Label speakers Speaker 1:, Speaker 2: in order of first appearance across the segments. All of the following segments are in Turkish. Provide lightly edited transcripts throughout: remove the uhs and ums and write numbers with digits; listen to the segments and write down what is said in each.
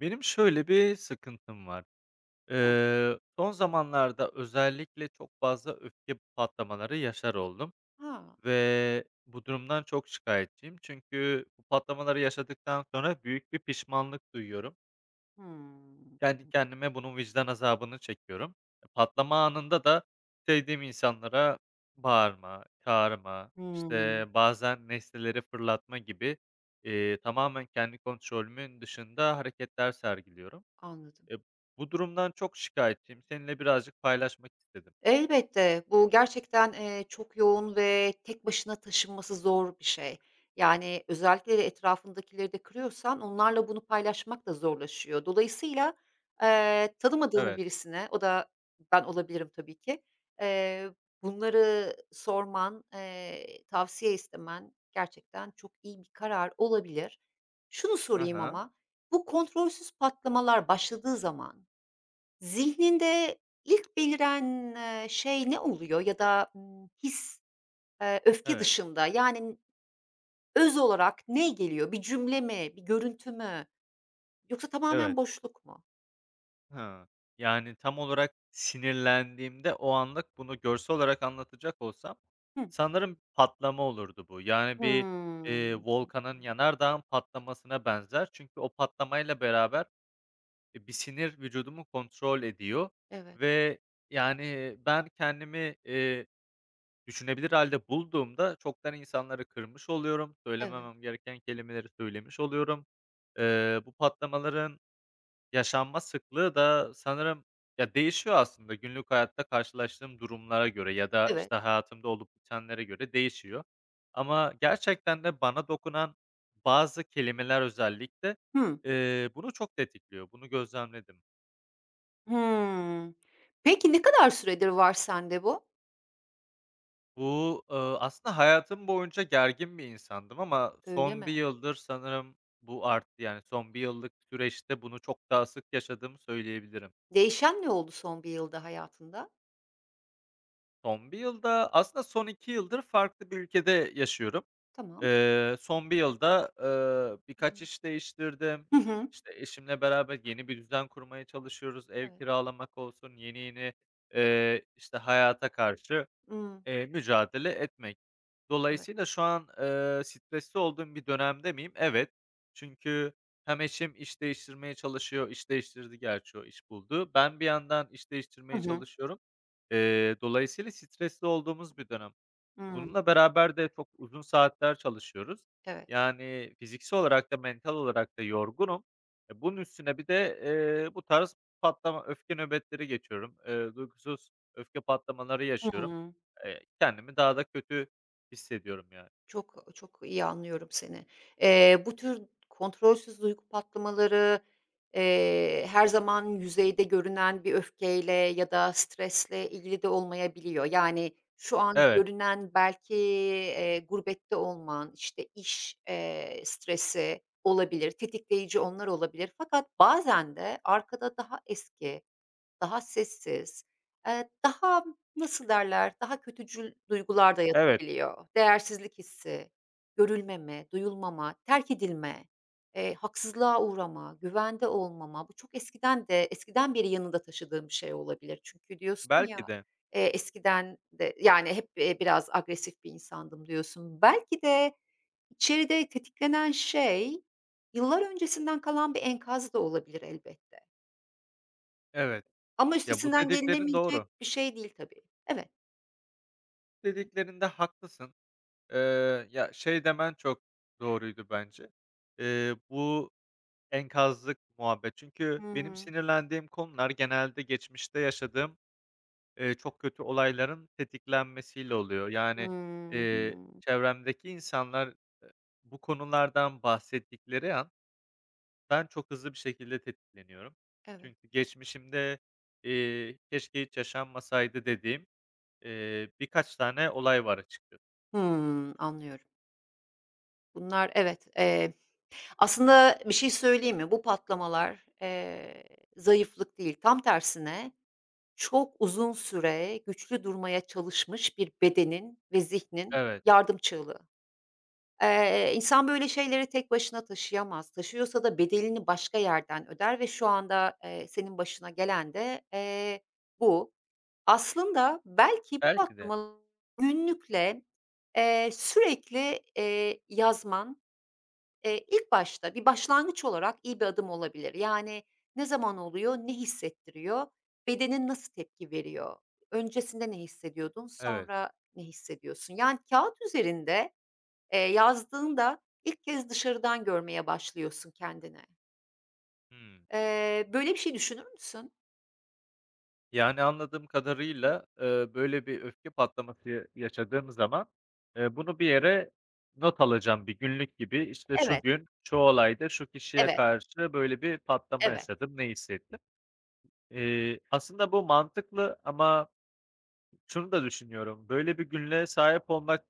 Speaker 1: Benim şöyle bir sıkıntım var.
Speaker 2: Hıh.
Speaker 1: Son zamanlarda özellikle çok fazla öfke patlamaları yaşar oldum
Speaker 2: Ha.
Speaker 1: ve bu durumdan çok şikayetçiyim. Çünkü bu patlamaları yaşadıktan sonra büyük bir pişmanlık duyuyorum.
Speaker 2: Hımm.
Speaker 1: Kendi kendime bunun vicdan azabını çekiyorum. Patlama anında da sevdiğim insanlara bağırma, çağırma, işte,
Speaker 2: Hımm.
Speaker 1: bazen nesneleri fırlatma gibi, tamamen kendi kontrolümün dışında hareketler sergiliyorum.
Speaker 2: Anladım.
Speaker 1: Eee, bu durumdan çok şikâyetçiyim. Seninle birazcık paylaşmak istedim.
Speaker 2: Elbette, bu gerçekten, çok yoğun ve tek başına taşınması zor bir şey. Yani, özellikle de etrafındakileri de kırıyorsan onlarla bunu paylaşmak da zorlaşıyor. Dolayısıyla, tanımadığın
Speaker 1: Evet.
Speaker 2: birisine, o da ben olabilirim tabii ki, eee, bunları sorman, tavsiye istemen gerçekten çok iyi bir karar olabilir. Şunu
Speaker 1: Hı
Speaker 2: sorayım
Speaker 1: hı.
Speaker 2: ama, bu kontrolsüz patlamalar başladığı zaman zihninde ilk beliren, şey ne oluyor ya da, his, öfke
Speaker 1: Evet,
Speaker 2: dışında? Yani öz olarak ne geliyor? Bir cümle mi, bir görüntü mü yoksa tamamen
Speaker 1: evet.
Speaker 2: boşluk mu?
Speaker 1: Hıı. Yani, tam olarak sinirlendiğimde o anlık bunu görsel olarak anlatacak olsam
Speaker 2: Hıh.
Speaker 1: sanırım patlama olurdu bu. Yani, bir,
Speaker 2: Hımm.
Speaker 1: volkanın, yanardağın patlamasına benzer. Çünkü o patlamayla beraber, bir sinir vücudumu kontrol ediyor
Speaker 2: Evet,
Speaker 1: ve, yani, ben kendimi, düşünebilir halde bulduğumda çoktan insanları kırmış oluyorum,
Speaker 2: evet.
Speaker 1: söylememem gereken kelimeleri söylemiş oluyorum. Bu patlamaların yaşanma sıklığı da sanırım ya, değişiyor aslında günlük hayatta karşılaştığım durumlara göre ya da,
Speaker 2: Evet.
Speaker 1: işte, hayatımda olup bitenlere göre değişiyor. Ama gerçekten de bana dokunan bazı kelimeler özellikle,
Speaker 2: Hımm.
Speaker 1: bunu çok tetikliyor. Bunu gözlemledim.
Speaker 2: Hımm. Peki ne kadar süredir var sende bu?
Speaker 1: Bu, aslında hayatım boyunca gergin bir insandım ama
Speaker 2: Öyle
Speaker 1: son
Speaker 2: mi?
Speaker 1: bir yıldır sanırım bu arttı. Yani son bir yıllık süreçte bunu çok daha sık yaşadığımı söyleyebilirim.
Speaker 2: Değişen ne oldu son bir yılda hayatında?
Speaker 1: Son bir yılda aslında son 2 yıldır farklı bir ülkede yaşıyorum.
Speaker 2: Tamam.
Speaker 1: Son bir yılda,
Speaker 2: Hı hı.
Speaker 1: birkaç iş değiştirdim.
Speaker 2: Hı hı.
Speaker 1: İşte, eşimle beraber yeni bir düzen kurmaya çalışıyoruz. Ev
Speaker 2: Evet.
Speaker 1: kiralamak olsun, yeni yeni, işte, hayata karşı
Speaker 2: Imm.
Speaker 1: Eee, mücadele etmek.
Speaker 2: Evet.
Speaker 1: Dolayısıyla şu an, stresli olduğum bir dönemde miyim? Evet. Çünkü hem eşim iş değiştirmeye çalışıyor, iş değiştirdi gerçi o iş buldu. Ben bir yandan iş
Speaker 2: Hı
Speaker 1: değiştirmeye
Speaker 2: hı.
Speaker 1: çalışıyorum. Dolayısıyla stresli olduğumuz bir dönem.
Speaker 2: Hımm.
Speaker 1: Bununla beraber de çok uzun saatler çalışıyoruz.
Speaker 2: Evet.
Speaker 1: Yani, fiziksel olarak da mental olarak da yorgunum. Bunun üstüne bir de, bu tarz patlama, öfke nöbetleri geçiyorum. Duygusuz öfke patlamaları yaşıyorum.
Speaker 2: Hıı.
Speaker 1: Kendimi daha da kötü hissediyorum yani.
Speaker 2: Çok, çok iyi anlıyorum seni. Bu tür kontrolsüz duygu patlamaları, her zaman yüzeyde görünen bir öfkeyle ya da stresle ilgili de olmayabiliyor. Yani, şu an
Speaker 1: Evet,
Speaker 2: görünen belki, gurbette olman, işte, iş, stresi olabilir, tetikleyici onlar olabilir. Fakat bazen de arkada daha eski, daha sessiz, daha nasıl derler, daha kötücül duygular da
Speaker 1: evet.
Speaker 2: yatabiliyor. Değersizlik hissi, görülmeme, duyulmama, terk edilme, haksızlığa uğrama, güvende olmama. Bu çok eskiden beri yanında taşıdığım bir şey olabilir. Çünkü diyorsun ya,
Speaker 1: Belki de.
Speaker 2: eskiden de yani hep, biraz agresif bir insandım diyorsun. Belki de içeride tetiklenen şey yıllar öncesinden kalan bir enkaz da olabilir elbette.
Speaker 1: Evet.
Speaker 2: Ama
Speaker 1: Ya, bu
Speaker 2: üstesinden
Speaker 1: dediklerin
Speaker 2: gelinemeyecek
Speaker 1: doğru.
Speaker 2: bir şey değil tabii. Evet.
Speaker 1: Dediklerinde haklısın. Ya, şey demen çok doğruydu bence. Bu enkazlık muhabbet. Çünkü benim
Speaker 2: Hımm.
Speaker 1: sinirlendiğim konular genelde geçmişte yaşadığım, çok kötü olayların tetiklenmesiyle oluyor. Yani,
Speaker 2: Hımm.
Speaker 1: çevremdeki insanlar, eee, bu konulardan bahsettikleri an ben çok hızlı bir şekilde tetikleniyorum.
Speaker 2: Evet.
Speaker 1: Çünkü geçmişimde, "Keşke hiç yaşanmasaydı." dediğim, birkaç tane olay var açıkçası.
Speaker 2: Hımm, anlıyorum. Bunlar evet. Aslında bir şey söyleyeyim mi? Bu patlamalar, zayıflık değil, tam tersine çok uzun süre güçlü durmaya çalışmış bir bedenin ve zihnin
Speaker 1: Evet,
Speaker 2: yardım çığlığı. İnsan böyle şeyleri tek başına taşıyamaz. Taşıyorsa da bedelini başka yerden öder ve şu anda, senin başına gelen de, bu. Aslında belki bu
Speaker 1: belki de.
Speaker 2: aklıma günlükle, sürekli, yazman, ilk başta bir başlangıç olarak iyi bir adım olabilir. Yani ne zaman oluyor, ne hissettiriyor, bedenin nasıl tepki veriyor, öncesinde ne hissediyordun,
Speaker 1: Evet.
Speaker 2: sonra ne hissediyorsun? Yani kağıt üzerinde, yazdığında ilk kez dışarıdan görmeye başlıyorsun kendini.
Speaker 1: Hıı.
Speaker 2: Böyle bir şey düşünür müsün?
Speaker 1: Yani, anladığım kadarıyla, böyle bir öfke patlaması ya yaşadığım zaman, bunu bir yere not alacağım bir günlük gibi. İşte, şu
Speaker 2: Evet,
Speaker 1: gün, şu olayda, şu kişiye
Speaker 2: evet,
Speaker 1: karşı böyle bir patlama
Speaker 2: evet.
Speaker 1: yaşadım, ne hissettim. Aslında bu mantıklı ama şunu da düşünüyorum, böyle bir günlüğe sahip olmak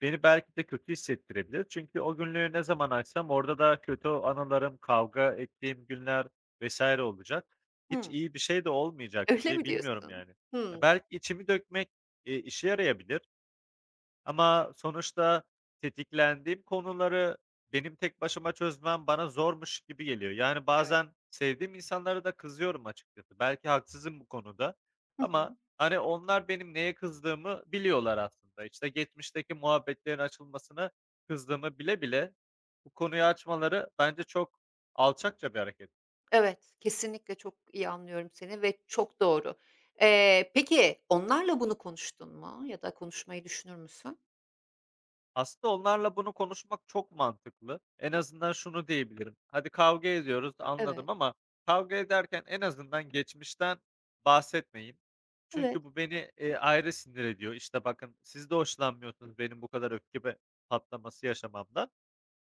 Speaker 1: beni belki de kötü hissettirebilir. Çünkü o günlüğü ne zaman açsam orada da kötü anılarım, kavga ettiğim günler vesaire olacak. Hiç
Speaker 2: Hımm.
Speaker 1: iyi bir şey de olmayacak
Speaker 2: Öyle
Speaker 1: gibi,
Speaker 2: mi
Speaker 1: bilmiyorum
Speaker 2: diyorsun?
Speaker 1: yani.
Speaker 2: Hımm.
Speaker 1: Belki içimi dökmek, işe yarayabilir. Ama sonuçta tetiklendiğim konuları benim tek başıma çözmem bana zormuş gibi geliyor. Yani
Speaker 2: Evet.
Speaker 1: bazen sevdiğim insanlara da kızıyorum açıkçası. Belki haksızım bu konuda
Speaker 2: Hı
Speaker 1: ama,
Speaker 2: hı.
Speaker 1: hani, onlar benim neye kızdığımı biliyorlar aslında. İşte, geçmişteki muhabbetlerin açılmasını kızdığımı bile bile bu konuyu açmaları bence çok alçakça bir hareket.
Speaker 2: Evet, kesinlikle çok iyi anlıyorum seni ve çok doğru. Peki onlarla bunu konuştun mu ya da konuşmayı düşünür müsün?
Speaker 1: Aslında onlarla bunu konuşmak çok mantıklı. En azından şunu diyebilirim. Hadi kavga ediyoruz,
Speaker 2: Evet,
Speaker 1: anladım ama kavga ederken en azından geçmişten bahsetmeyin.
Speaker 2: evet,
Speaker 1: Çünkü bu beni, ayrı sinir ediyor. İşte, bakın siz de hoşlanmıyorsunuz benim bu kadar öfke be patlaması yaşamamdan.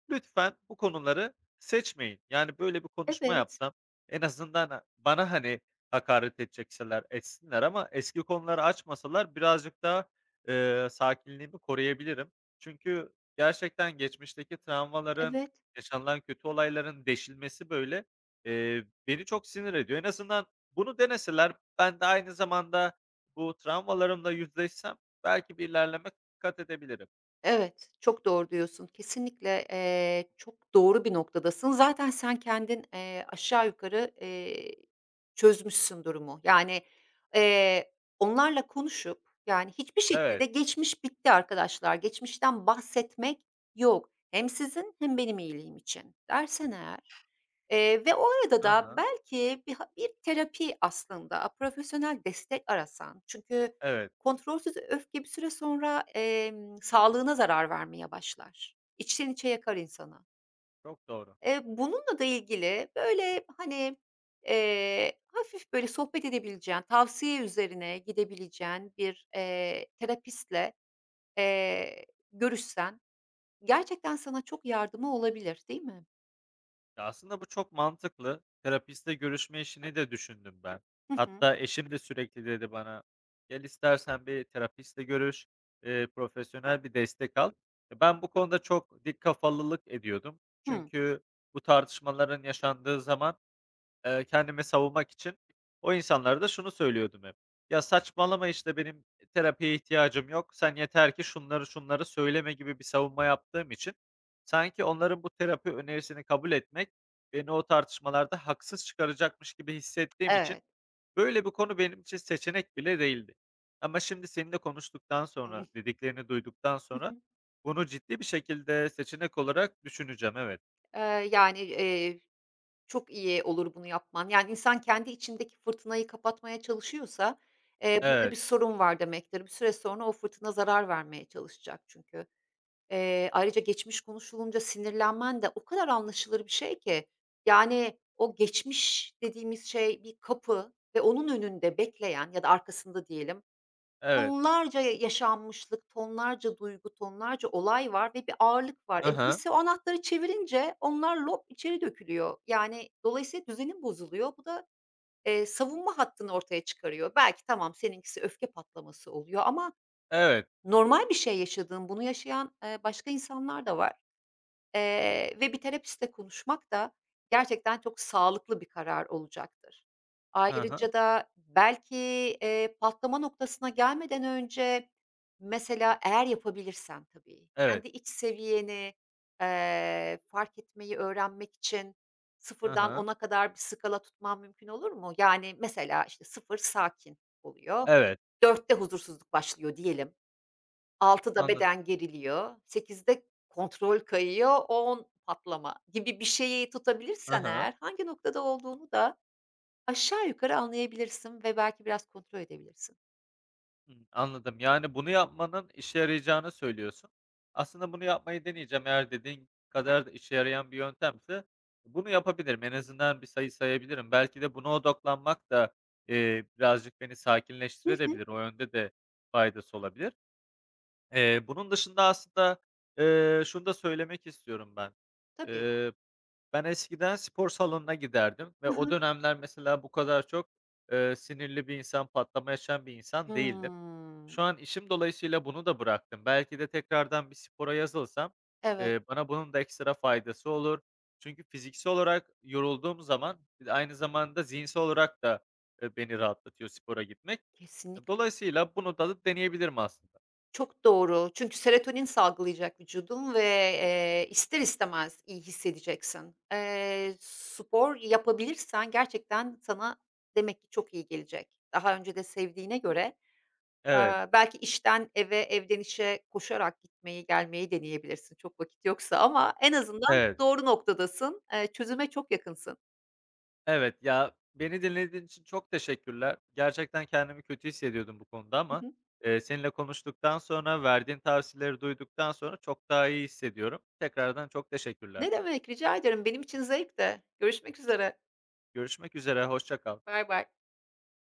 Speaker 1: Lütfen bu konuları seçmeyin. Yani, böyle bir konuşma
Speaker 2: evet,
Speaker 1: yapsam en azından, ha bana, hani, hakaret edecekseler etsinler ama eski konuları açmasalar birazcık daha, sakinliğimi koruyabilirim. Çünkü gerçekten geçmişteki travmaların,
Speaker 2: evet.
Speaker 1: yaşanılan kötü olayların deşilmesi, böyle, beni çok sinir ediyor. En azından bunu deneseler ben de aynı zamanda bu travmalarımla yüzleşsem belki bir ilerleme kat edebilirim.
Speaker 2: Evet, çok doğru diyorsun. Kesinlikle, çok doğru bir noktadasın. Zaten sen kendin, aşağı yukarı, çözmüşsün durumu. Yani, eee, onlarla konuşup, yani, hiçbir şekilde
Speaker 1: Evet.
Speaker 2: geçmiş bitti arkadaşlar, geçmişten bahsetmek yok. Hem sizin hem benim iyiliğim için dersen eğer. Ve o arada da
Speaker 1: Hı
Speaker 2: belki bir terapi aslında, profesyonel destek arasan çünkü
Speaker 1: Evet,
Speaker 2: kontrolsüz öfke bir süre sonra, sağlığına zarar vermeye başlar. İçten içe yakar insanı.
Speaker 1: çok doğru.
Speaker 2: Bununla da ilgili böyle, hani, hafif böyle sohbet edebileceğin, tavsiye üzerine gidebileceğin bir, terapistle, eee, görüşsen gerçekten sana çok yardımı olabilir, değil mi?
Speaker 1: Ya, aslında bu çok mantıklı. Terapiste görüşme işini de düşündüm ben.
Speaker 2: Hı hı.
Speaker 1: Hatta eşim de sürekli dedi bana, "Gel istersen bir terapistle görüş, profesyonel bir destek al." Ben bu konuda çok dik kafalılık ediyordum.
Speaker 2: Hıı.
Speaker 1: Çünkü bu tartışmaların yaşandığı zaman kendimi savunmak için o insanlara da şunu söylüyordum hep: "Ya, saçmalama, işte, benim terapiye ihtiyacım yok. Sen yeter ki şunları şunları söyleme." gibi bir savunma yaptığım için sanki onların bu terapi önerisini kabul etmek beni o tartışmalarda haksız çıkaracakmış gibi hissettiğim için
Speaker 2: Evet.
Speaker 1: böyle bir konu benim için seçenek bile değildi. Ama şimdi seninle konuştuktan sonra, dediklerini duyduktan sonra bunu ciddi bir şekilde seçenek olarak düşüneceğim. Evet.
Speaker 2: Eee, Yani, çok iyi olur bunu yapman. Yani, insan kendi içindeki fırtınayı kapatmaya çalışıyorsa, burada
Speaker 1: Evet.
Speaker 2: bir sorun var demektir. Bir süre sonra o fırtına zarar vermeye çalışacak çünkü. Ayrıca geçmiş konuşulunca sinirlenmen de o kadar anlaşılır bir şey ki. Yani, o geçmiş dediğimiz şey bir kapı ve onun önünde bekleyen ya da arkasında diyelim,
Speaker 1: Evet.
Speaker 2: tonlarca yaşanmışlık, tonlarca duygu, tonlarca olay var ve bir ağırlık var.
Speaker 1: Hı hı.
Speaker 2: Birisi o anahtarı çevirince onlar lop içeri dökülüyor. Yani dolayısıyla düzenin bozuluyor. Bu da, savunma hattını ortaya çıkarıyor. Belki tamam seninkisi öfke patlaması oluyor ama
Speaker 1: Evet.
Speaker 2: normal bir şey yaşadığın, bunu yaşayan, başka insanlar da var. Ve bir terapistle konuşmak da gerçekten çok sağlıklı bir karar olacaktır.
Speaker 1: Hı hı.
Speaker 2: Ayrıca da belki, patlama noktasına gelmeden önce mesela eğer yapabilirsen tabii,
Speaker 1: Evet.
Speaker 2: kendi iç seviyeni, fark etmeyi öğrenmek için
Speaker 1: Hı
Speaker 2: sıfırdan
Speaker 1: hı.
Speaker 2: ona kadar bir skala tutman mümkün olur mu? Yani mesela, işte, sıfır sakin oluyor,
Speaker 1: Evet,
Speaker 2: dörtte huzursuzluk başlıyor diyelim. 18.00'da
Speaker 1: anladım.
Speaker 2: beden geriliyor, sekizde kontrol kayıyor, on patlama gibi bir şeyi
Speaker 1: Hı
Speaker 2: tutabilirsen
Speaker 1: hı.
Speaker 2: eğer hangi noktada olduğunu da aşağı yukarı anlayabilirsin ve belki biraz kontrol edebilirsin.
Speaker 1: Hımm, anladım. Yani, bunu yapmanın işe yarayacağını söylüyorsun. Aslında bunu yapmayı deneyeceğim. Eğer dediğin kadar da işe yarayan bir yöntemse bunu yapabilirim. En azından bir sayı sayabilirim. Belki de buna odaklanmak da, birazcık beni
Speaker 2: Hı hı.
Speaker 1: sakinleştirebilir. O yönde de faydası olabilir. Bunun dışında aslında, şunu da söylemek istiyorum ben.
Speaker 2: Tabii.
Speaker 1: Ben eskiden spor salonuna giderdim ve
Speaker 2: Hı
Speaker 1: o
Speaker 2: hı.
Speaker 1: dönemler mesela bu kadar çok, sinirli bir insan, patlama yaşayan bir insan değildim.
Speaker 2: Hımm.
Speaker 1: Şu an işim dolayısıyla bunu da bıraktım. Belki de tekrardan bir spora yazılsam,
Speaker 2: Evet,
Speaker 1: bana bunun da ekstra faydası olur. Çünkü fiziksel olarak yorulduğum zaman bir de aynı zamanda zihinsel olarak da, beni rahatlatıyor spora gitmek.
Speaker 2: kesinlikle.
Speaker 1: Dolayısıyla bunu da deneyebilirim aslında.
Speaker 2: Çok doğru. Çünkü serotonin salgılayacak vücudun ve, ister istemez iyi hissedeceksin. Spor yapabilirsen gerçekten sana demek ki çok iyi gelecek. Daha önce de sevdiğine göre,
Speaker 1: Evet,
Speaker 2: Belki işten eve, evden işe koşarak gitmeyi, gelmeyi deneyebilirsin çok vakit yoksa ama en azından
Speaker 1: evet.
Speaker 2: doğru noktadasın. Çözüme çok yakınsın.
Speaker 1: Evet, ya, beni dinlediğin için çok teşekkürler. Gerçekten kendimi kötü hissediyordum bu konuda
Speaker 2: Hı
Speaker 1: ama,
Speaker 2: hı.
Speaker 1: seninle konuştuktan sonra, verdiğin tavsiyeleri duyduktan sonra çok daha iyi hissediyorum. Tekrardan çok teşekkürler.
Speaker 2: Ne demek, rica ederim. Benim için zevkti. Görüşmek üzere.
Speaker 1: Görüşmek üzere, hoşça kal.
Speaker 2: Bay bay.